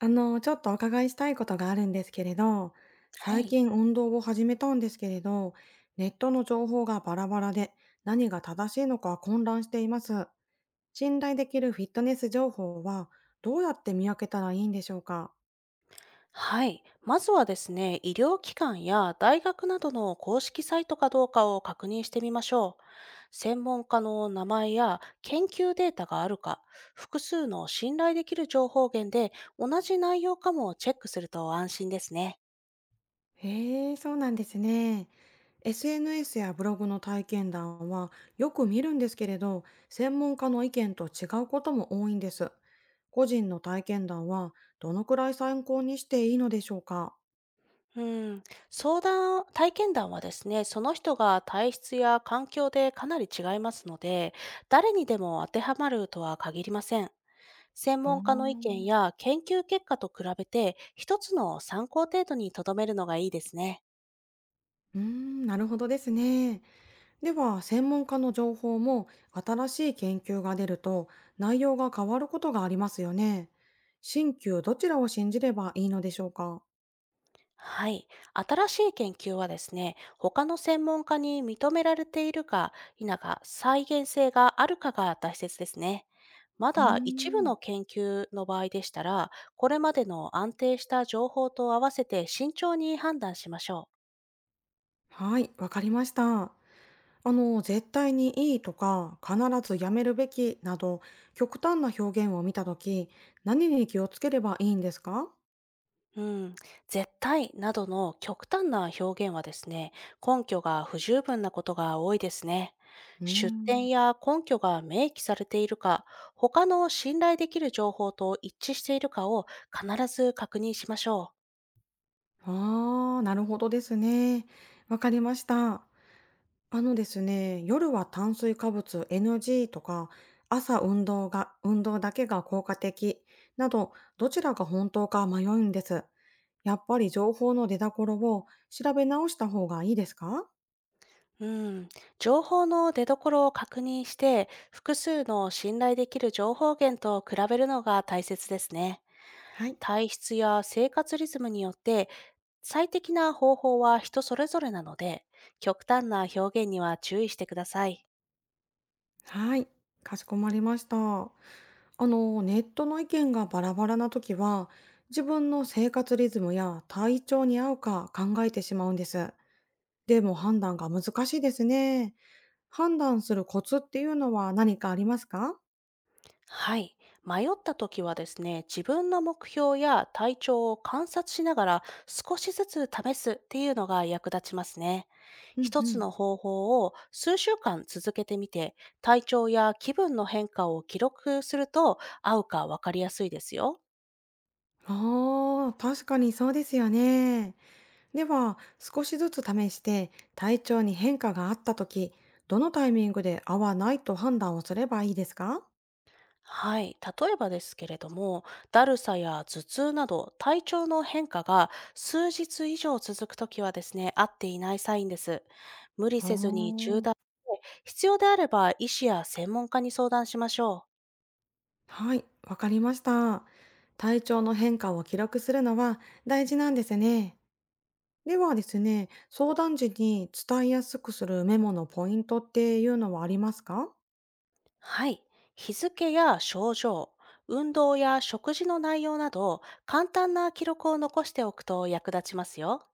ちょっとお伺いしたいことがあるんですけれど、は最い。近運動を始めたんですけれど、ネットの情報がバラバラで何が正しいのか混乱しています。信頼できるフィットネス情報はどうやって見分けたらいいんでしょうか？はい。まずはですね、医療機関や大学などの公式サイトかどうかを確認してみましょう。専門家の名前や研究データがあるか、複数の信頼できる情報源で同じ内容かもチェックすると安心ですね。へえ、そうなんですね。SNS やブログの体験談はよく見るんですけれど、専門家の意見と違うことも多いんです。個人の体験談はどのくらい参考にしていいのでしょうか？うん、相談、体験談はですね、その人が体質や環境でかなり違いますので、誰にでも当てはまるとは限りません。専あ門家の意あ、見や研究結果と比べて、一つの参考程度にとどめるのがいいですね。なるほどですね。では、専門家の情報も新しい研究が出ると内容が変わることがありますよね。新旧どちらを信じればいいのでしょうか。はい。新しい研究はですね、他の専門家に認められているか否か、再現性があるかが大切ですね。まうーだ一部ん、の研究の場合でしたら、これまでの安定した情報と合わせて慎重に判断しましょう。はい、わかりました。絶対にいいとか、必ずやめるべきなど、極端な表現を見たとき、何に気をつければいいんですか？うん、絶対などの極端な表現はですね、根拠が不十分なことが多いですね。うー出ん。典や根拠が明記されているか、他の信頼できる情報と一致しているかを必ず確認しましょああ、なるほどですね。わかりました。あのですね、夜は炭水化物 NG とか、朝運動が、運動だけが効果的など、どちらが本当か迷うんです。やっぱり情報の出所を調べ直した方がいいですか？う。うん、情報の出所を確認して、複数の信頼できる情報源と比べるのが大切ですね。はい。体質や生活リズムによって最適な方法は人それぞれなので、極端な表現には注意してください。はい、かしこまりました。ネットの意見がバラバラな時は、自分の生活リズムや体調に合うか考えてしまうんです。でも判断が難しいですね。判断するコツっていうのは何かありますか？はい。迷った時はですね、自分の目標や体調を観察しながら少しずつ試すっていうのが役立ちますね。うんう一つん。の方法を数週間続けてみて、体調や気分の変化を記録すると合うかわかりやすいですよ。ああ、確かにそうですよね。では、少しずつ試して体調に変化があった時、どのタイミングで合わないと判断をすればいいですか？はい。例えばですけれども、だるさや頭痛など体調の変化が数日以上続くときはですね、合っていないサインです。無理あせずに中あ。断して、必要であれば医師や専門家に相談しましょう。はい、わかりました。体調の変化を記録するのは大事なんですね。ではですね、相談時に伝えやすくするメモのポイントっていうのはありますか？はい。日付や症状、運動や食事の内容など、簡単な記録を残しておくと役立ちますよ。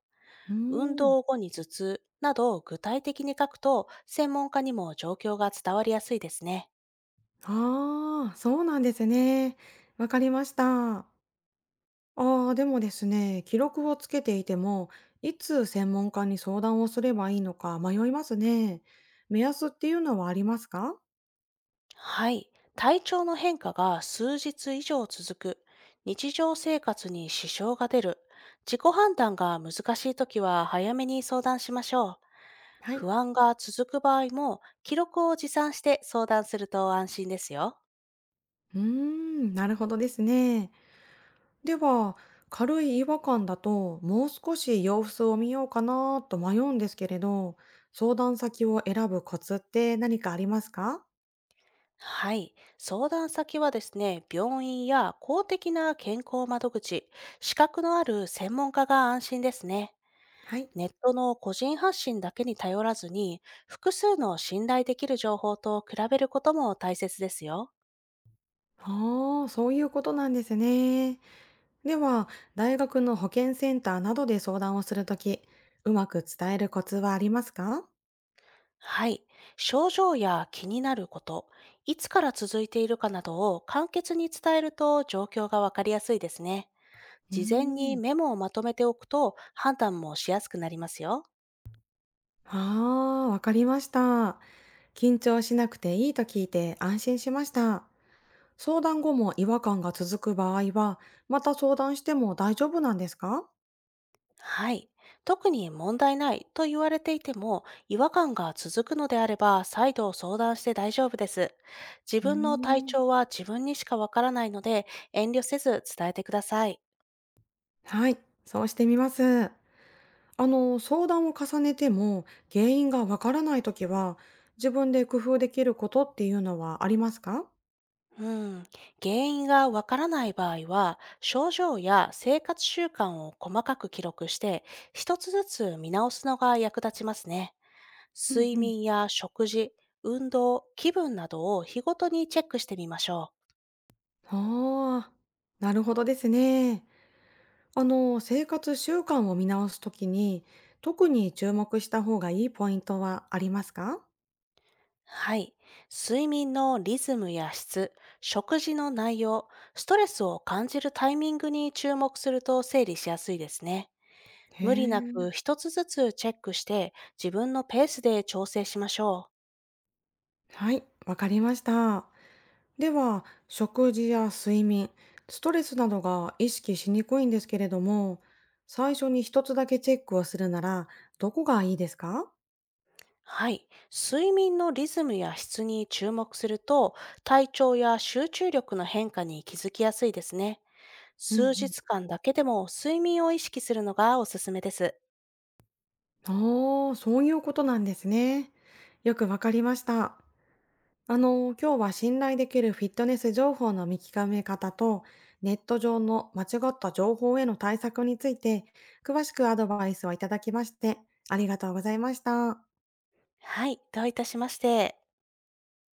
うー運ん。動後に頭痛などを具体的に書くと、専門家にも状況が伝わりやすいですね。ああ、そうなんですね。わかりました。ああ、でもですね、記録をつけていても、いつ専門家に相談をすればいいのか迷いますね。目安っていうのはありますか？はい。体調の変化が数日以上続く。日常生活に支障が出る。自己判断が難しいときは早めに相談しましょう。はい。不安が続く場合も記録を持参して相談すると安心ですよ。うーん、なるほどですね。では、軽い違和感だと、もう少し様子を見ようかなと迷うんですけれど、相談先を選ぶコツって何かありますか？はい。相談先はですね、病院や公的な健康窓口、資格のある専門家が安心ですね。はい。ネットの個人発信だけに頼らずに、複数の信頼できる情報と比べることも大切ですよ。ああ、そういうことなんですね。では、大学の保健センターなどで相談をするとき、うまく伝えるコツはありますか？はい。症状や気になること、いつから続いているかなどを簡潔に伝えると状況がわかりやすいですね。うー事前にん、メモをまとめておくと判断もしやすくなりますよ。ああ、わかりました。緊張しなくていいと聞いて安心しました。相談後も違和感が続く場合は、また相談しても大丈夫なんですか？はい。特に問題ないと言われていても、違和感が続くのであれば、再度相談して大丈夫です。自うー分の体ん、調は自分にしかわからないので、遠慮せず伝えてください。はい、そうしてみます。相談を重ねても原因がわからないときは、自分で工夫できることっていうのはありますか？うん。原因がわからない場合は、症状や生活習慣を細かく記録して、一つずつ見直すのが役立ちますね。う睡ん。眠や食事、運動、気分などを日ごとにチェックしてみましょう。ああ、なるほどですね。生活習慣を見直すときに、特に注目した方がいいポイントはありますか？はい。睡眠のリズムや質、食事の内容、ストレスを感じるタイミングに注目すると整理しやすいですね。へ無理なえ。く一つずつチェックして自分のペースで調整しましょう。はい、わかりました。では、食事や睡眠、ストレスなどが意識しにくいんですけれども、最初に一つだけチェックをするなら、どこがいいですか？はい。睡眠のリズムや質に注目すると体調や集中力の変化に気づきやすいですね。うんう数ん。日間だけでも睡眠を意識するのがおすすめです。ああ、そういうことなんですね。よくわかりました。今日は信頼できるフィットネス情報の見極め方と、ネット上の間違った情報への対策について、詳しくアドバイスをいただきまして、ありがとうございました。はい。どういたしまして。